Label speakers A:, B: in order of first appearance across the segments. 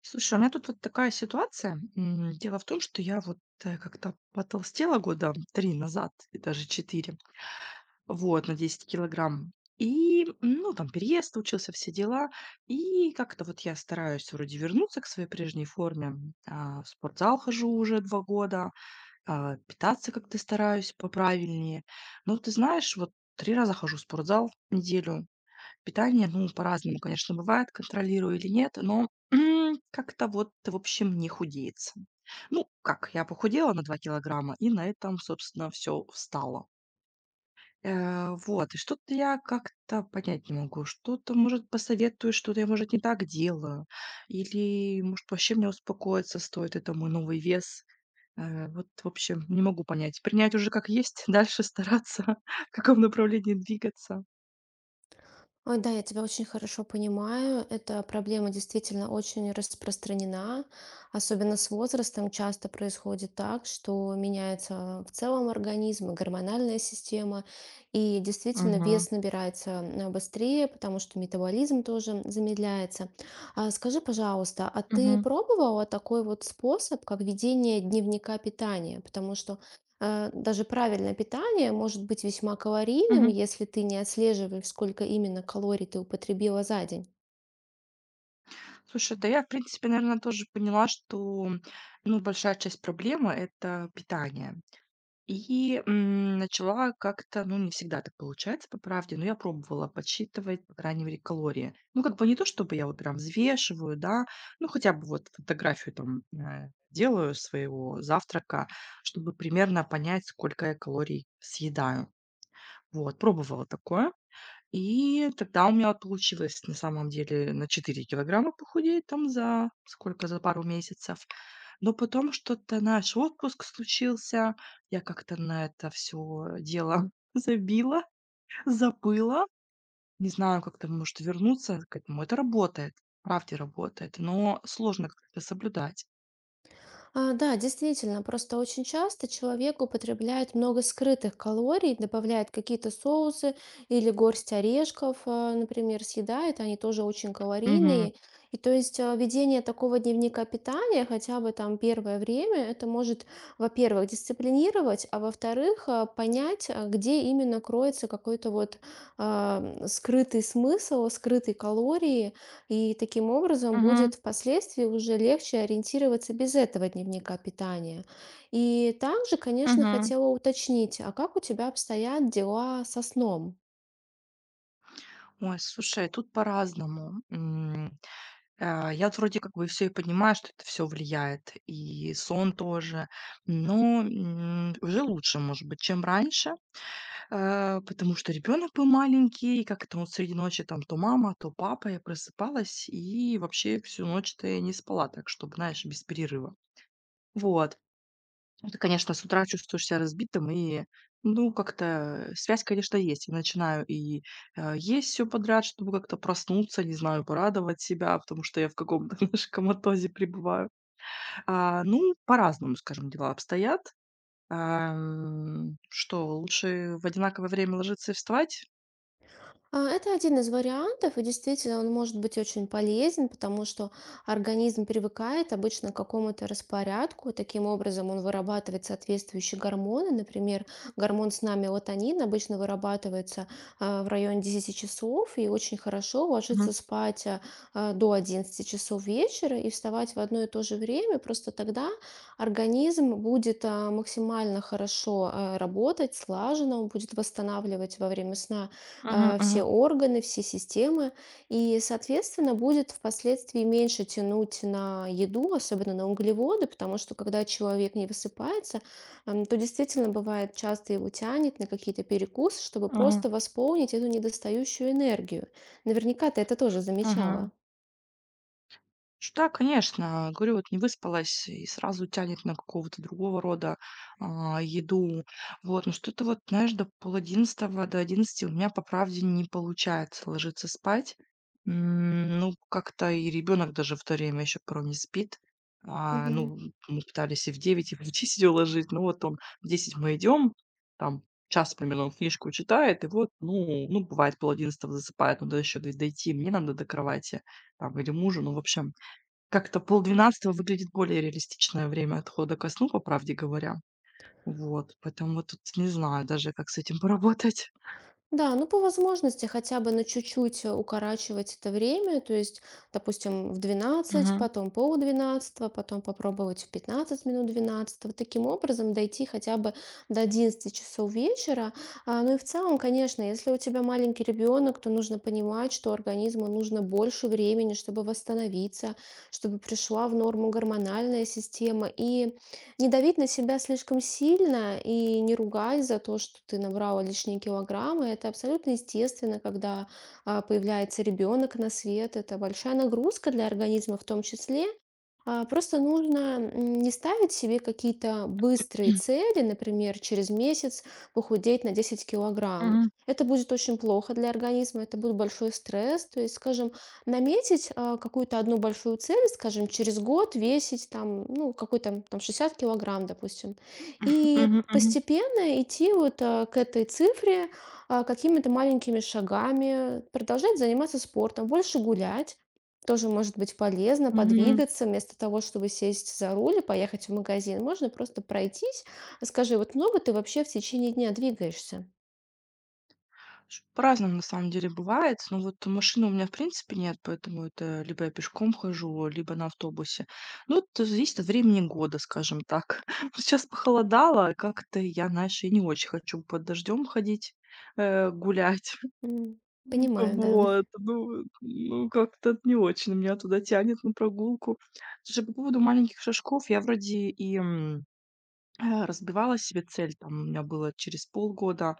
A: Слушай, у меня тут вот такая ситуация. Дело в том, что я вот как-то потолстела года три назад, и даже четыре, вот, на 10 килограмм. Ну, там переезд случился, все дела. И как-то вот я стараюсь вроде вернуться к своей прежней форме. В спортзал хожу уже 2 года, питаться как-то стараюсь поправильнее. Но ты знаешь, вот три раза хожу в спортзал в неделю. Питание, ну, по-разному, конечно, бывает, контролирую или нет, но как-то вот, в общем, не худеется. Ну, как, я похудела на 2 килограмма, и на этом, собственно, все встало. Вот, и что-то я как-то понять не могу. Что-то, может, посоветую, что-то я, может, не так делаю. Или, может, вообще мне успокоиться стоит, это мой новый вес. Вот, в общем, не могу понять. Принять уже как есть, дальше стараться, в каком направлении двигаться.
B: Ой, да, я тебя очень хорошо понимаю. Эта проблема действительно очень распространена. Особенно с возрастом часто происходит так, что меняется в целом организм, и гормональная система. И действительно
A: Мгм.
B: вес набирается быстрее, потому что метаболизм тоже замедляется. А скажи, пожалуйста, а ты
A: Мгм.
B: пробовала такой вот способ, как ведение дневника питания? Даже правильное питание может быть весьма калорийным, если ты не отслеживаешь, сколько именно калорий ты употребила за день.
A: Слушай, да я, в принципе, наверное, тоже поняла, что, ну, большая часть проблемы- это питание. И начала как-то, ну, не всегда так получается, по правде, но я пробовала подсчитывать, по крайней мере, калории. Ну, как бы не то, чтобы я вот прям взвешиваю, да, ну, хотя бы вот фотографию там, делаю своего завтрака, чтобы примерно понять, сколько я калорий съедаю. Вот, пробовала такое. И тогда у меня вот получилось на самом деле на 4 килограмма похудеть там за сколько, за пару месяцев. Но потом что-то наш отпуск случился, я как-то на это все дело забила, забыла. Не знаю, как-то, может, вернуться к этому. Это работает, правде работает, но сложно как-то соблюдать.
B: А, да, действительно, просто очень часто человек употребляет много скрытых калорий, добавляет какие-то соусы или горсть орешков, а, например, съедает, они тоже очень
A: Мгм.
B: калорийные. И то есть ведение такого дневника питания хотя бы там первое время, это может, во-первых, дисциплинировать, а во-вторых, понять, где именно кроется какой-то вот а, скрытый смысл, скрытые калории, и таким образом
A: Мгм.
B: будет впоследствии уже легче ориентироваться без этого дневника питания. И также, конечно,
A: Мгм.
B: хотела уточнить, а как у тебя обстоят дела со сном?
A: Ой, слушай, тут по-разному. Я вот вроде как бы все и понимаю, что это все влияет, и сон тоже, но, уже лучше, может быть, чем раньше, потому что ребенок был маленький, и как-то он среди ночи там то мама, то папа, я просыпалась и вообще всю ночь-то я не спала так, чтобы, знаешь, без перерыва. Вот. Ну, ты, конечно, с утра чувствуешь себя разбитым и, ну, как-то связь, конечно, есть. Я начинаю и, есть все подряд, чтобы как-то проснуться, не знаю, порадовать себя, потому что я в каком-то, знаешь, коматозе пребываю. Ну, по-разному, скажем, дела обстоят. Что лучше в одинаковое время ложиться и вставать?
B: Это один из вариантов, и действительно он может быть очень полезен, потому что организм привыкает обычно к какому-то распорядку, и таким образом он вырабатывает соответствующие гормоны. Например, гормон сна мелатонин обычно вырабатывается в районе 10 часов, и очень хорошо
A: Мгм.
B: ложиться спать до 11 часов вечера и вставать в одно и то же время. Просто тогда организм будет максимально хорошо работать, слаженно, он будет восстанавливать во время сна
A: Мгм
B: все
A: мгм
B: органы, все системы, и, соответственно, будет впоследствии меньше тянуть на еду, особенно на углеводы, потому что когда человек не высыпается, то действительно бывает часто его тянет на какие-то перекусы, чтобы
A: мгм
B: просто восполнить эту недостающую энергию. Наверняка ты это тоже
A: мгм.
B: замечала.
A: Ш Да, конечно. Говорю, вот не выспалась и сразу тянет на какого-то другого рода, еду. Вот, но что-то вот, знаешь, до 10:30, до 11 у меня, по правде, не получается ложиться спать. Ну, как-то и ребенок даже в то время еще порой не спит.
B: Мгм.
A: Ну, мы пытались и в 9, и в 10 уложить, но вот он в 10 мы идем, там час примерно он книжку читает, и вот, ну, бывает, пол одиннадцатого засыпает, надо еще д дойти, мне надо до кровати там или мужу. Ну, в общем, как-то полдвенадцатого выглядит более реалистичное время отхода ко сну, по правде говоря. Вот, поэтому вот тут не знаю даже, как с этим поработать.
B: Да, ну, по возможности хотя бы на чуть-чуть укорачивать это время, то есть, допустим, в двенадцать,
A: Мгм.
B: потом полдвенадцатого, потом попробовать в 15 минут двенадцатого таким образом дойти хотя бы до одиннадцати часов вечера. А, ну и в целом, конечно, если у тебя маленький ребенок, то нужно понимать, что организму нужно больше времени, чтобы восстановиться, чтобы пришла в норму гормональная система. И не давить на себя слишком сильно и не ругай за то, что ты набрала лишние килограммы. Это абсолютно естественно, когда появляется ребенок на свет. Это большая нагрузка для организма в том числе. Просто нужно не ставить себе какие-то быстрые цели, например, через месяц похудеть на 10 килограмм.
A: Мгм.
B: Это будет очень плохо для организма, это будет большой стресс. То есть, скажем, наметить какую-то одну большую цель, скажем, через год весить там, ну, какой-то там 60 килограмм, допустим. И
A: Мгм. Мгм.
B: постепенно идти вот к этой цифре какими-то маленькими шагами, продолжать заниматься спортом, больше гулять. Тоже может быть полезно
A: Мгм.
B: подвигаться вместо того, чтобы сесть за руль и поехать в магазин. Можно просто пройтись. Скажи, вот много ты вообще в течение дня двигаешься?
A: Ш По-разному на самом деле бывает. Но вот машины у меня в принципе нет, поэтому это либо я пешком хожу, либо на автобусе. Ну, вот это зависит от времени года, скажем так. Сейчас похолодало, а как-то я, знаешь, и не очень хочу под дождем ходить, гулять.
B: М, понимаю, да.
A: Вот, ну, как-то не очень меня туда тянет на прогулку. Слушай, по поводу маленьких шажков, я вроде и, разбивала себе цель, там у меня было через полгода,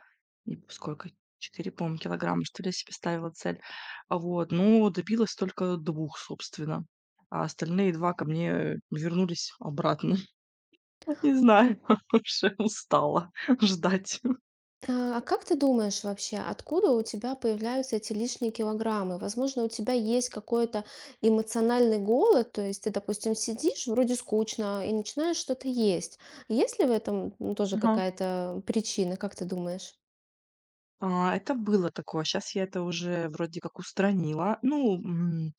A: и сколько, 4, по-моему, килограмма, что ли, я себе ставила цель. Вот, ну добилась только двух, собственно, а остальные 2 ко мне вернулись обратно. Не знаю, уже устала ждать.
B: А как ты думаешь вообще, откуда у тебя появляются эти лишние килограммы? Возможно, у тебя есть какой-то эмоциональный голод, то есть ты, допустим, сидишь, вроде скучно, и начинаешь что-то есть. Есть ли в этом тоже
A: Ага.
B: какая-то причина, как ты думаешь?
A: Это было такое. Сейчас я это уже вроде как устранила. Ну, м,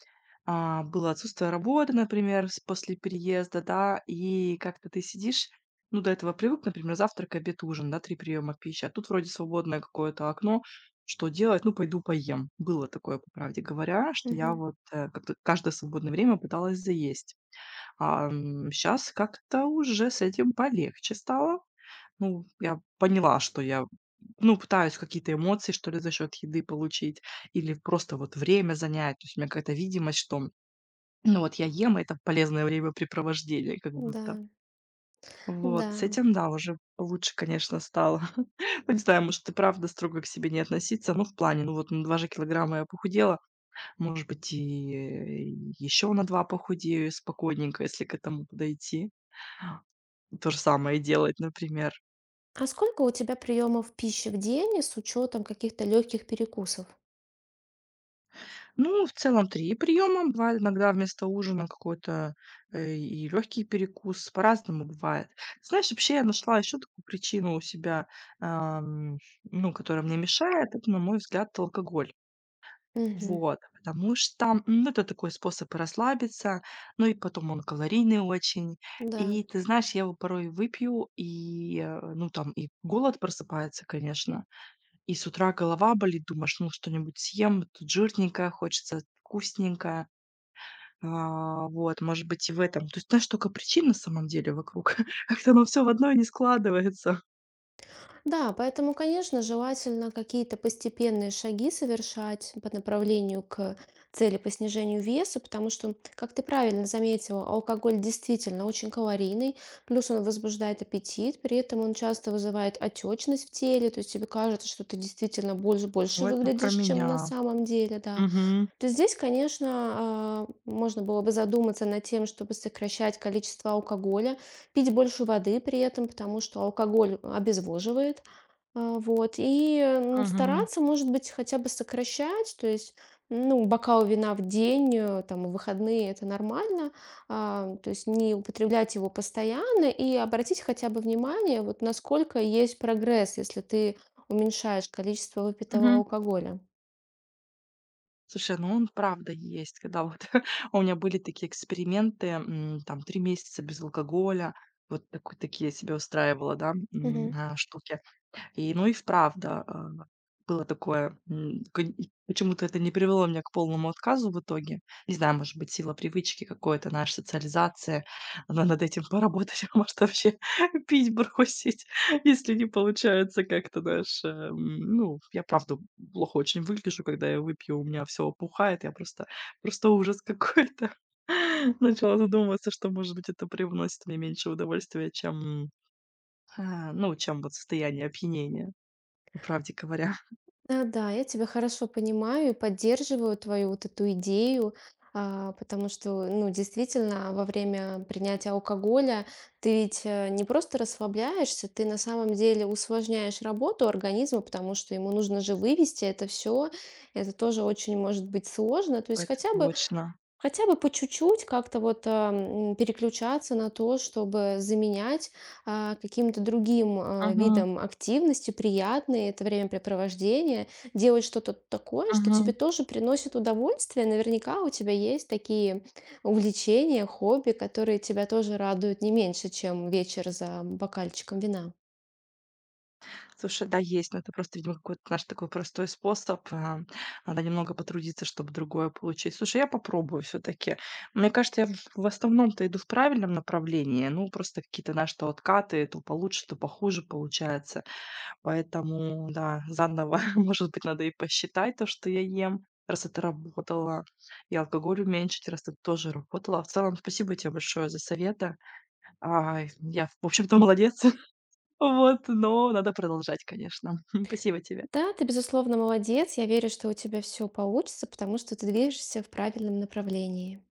A: а, было отсутствие работы, например, с после переезда, да, и как-то ты сидишь, ну, до этого привык, например, завтрак, обед, ужин, да, 3 приема пищи, а тут вроде свободное какое-то окно. Что делать? Ну, пойду поем. Было такое, по правде говоря, что я
B: Мгм.
A: вот, как-то каждое свободное время пыталась заесть. Щас как-то уже с этим полегче стало. Ну, я поняла, что я ну, пытаюсь какие-то эмоции, что ли, за счет еды получить или просто вот время занять. То есть у меня какая-то видимость, что, ну, вот я ем, и это полезное времяпрепровождение как
B: Да,
A: будто. Вот, с
B: да.
A: этим, да, уже лучше, конечно, стало. Ну, не знаю, может, и правда строго к себе не относиться. Ну, в плане, ну, вот на 2 же килограмма я похудела. Может быть, и еще на 2 похудею спокойненько, если к этому подойти. То же самое делать, например.
B: А сколько у тебя приемов пищи в день с учетом каких-то легких перекусов?
A: Ну, в целом 3 приема. Бывает иногда вместо ужина какой-то, и легкий перекус. По-разному бывает. Знаешь, вообще я нашла еще такую причину у себя, ам, ну, которая мне мешает. Это, на мой взгляд, алкоголь.
B: Мгм.
A: Вот. Потому что, ну, это такой способ и расслабиться, ну и потом он калорийный очень.
B: Да.
A: И ты знаешь, я его порой выпью, и, ну, там и голод просыпается, конечно. И с утра голова болит, думаешь: "Ну, что-нибудь съем, тут жирненькое, хочется вкусненькое". Вот, может быть, и в этом. То есть, знаешь, столько причин на самом деле вокруг. Как-то оно все в одно не складывается.
B: Да, поэтому, конечно, желательно какие-то постепенные шаги совершать по направлению к цели по снижению веса, потому что, как ты правильно заметила, алкоголь действительно очень калорийный, плюс он возбуждает аппетит, при этом он часто вызывает отечность в теле, то есть тебе кажется, что ты действительно больше,
A: Ну,
B: больше
A: это про
B: выглядишь, чем на
A: меня.
B: самом деле, да.
A: Мгм.
B: То есть здесь, конечно, можно было бы задуматься над тем, чтобы сокращать количество алкоголя, пить больше воды при этом, потому что алкоголь обезвоживает. А, вот. И
A: Мгм.
B: стараться, может быть, хотя бы сокращать, то есть, ну, бокал вина в день, там, в выходные это нормально, то есть не употреблять его постоянно и обратить хотя бы внимание, вот насколько есть прогресс, если ты уменьшаешь количество выпитого
A: Мгм.
B: алкоголя.
A: Слушай, ну он правда есть. Когда вот у меня были такие эксперименты, там 3 месяца без алкоголя. Вот такой такие я себе устраивала, да,
B: Мгм.
A: штуки. И, ну и вправду, было такое, конь и почему-то это не привело меня к полному отказу в итоге. Не знаю, может быть, сила привычки какой-то, наша социализация. Надо над этим поработать, а может, вообще пить бросить, если не получается как-то, знаешь, ну, я правда плохо очень выгляжу, когда я выпью, у меня все опухает, я просто ужас какой-то. Начала задумываться, что, может быть, это привносит мне меньше удовольствия, чем, ну, чем вот состояние опьянения. По правде говоря,
B: А, да, я тебя хорошо понимаю и поддерживаю твою вот эту идею, потому что, ну, действительно, во время принятия алкоголя ты ведь не просто расслабляешься, ты на самом деле усложняешь работу организма, потому что ему нужно же вывести это все. Это тоже очень может быть сложно. То есть
A: это
B: хотя бы
A: точно.
B: хотя бы по чуть-чуть как-то вот, переключаться на то, чтобы заменять, каким-то другим,
A: Мгм,
B: видом активности, приятные это времяпрепровождения, делать что-то такое, что тебе
A: мгм.
B: тоже приносит удовольствие. Наверняка у тебя есть такие увлечения, хобби, которые тебя тоже радуют не меньше, чем вечер за бокальчиком вина.
A: Слушай, да, есть, но это просто, видимо, какой-то наш такой простой способ. Надо немного потрудиться, чтобы другое получить. Слушай, я попробую все-таки. Мне кажется, я в основном-то иду в правильном направлении. Ну, просто какие-то наши то откаты, то получше, то похуже получается. Поэтому, да, заново, может быть, надо и посчитать то, что я ем, раз это работало, и алкоголь уменьшить, раз это тоже работало. В целом, спасибо тебе большое за советы. Ай, я, в общем-то, молодец. Вот, но надо продолжать, конечно. Спасибо тебе.
B: Да, ты, безусловно, молодец. Я верю, что у тебя все получится, потому что ты движешься в правильном направлении.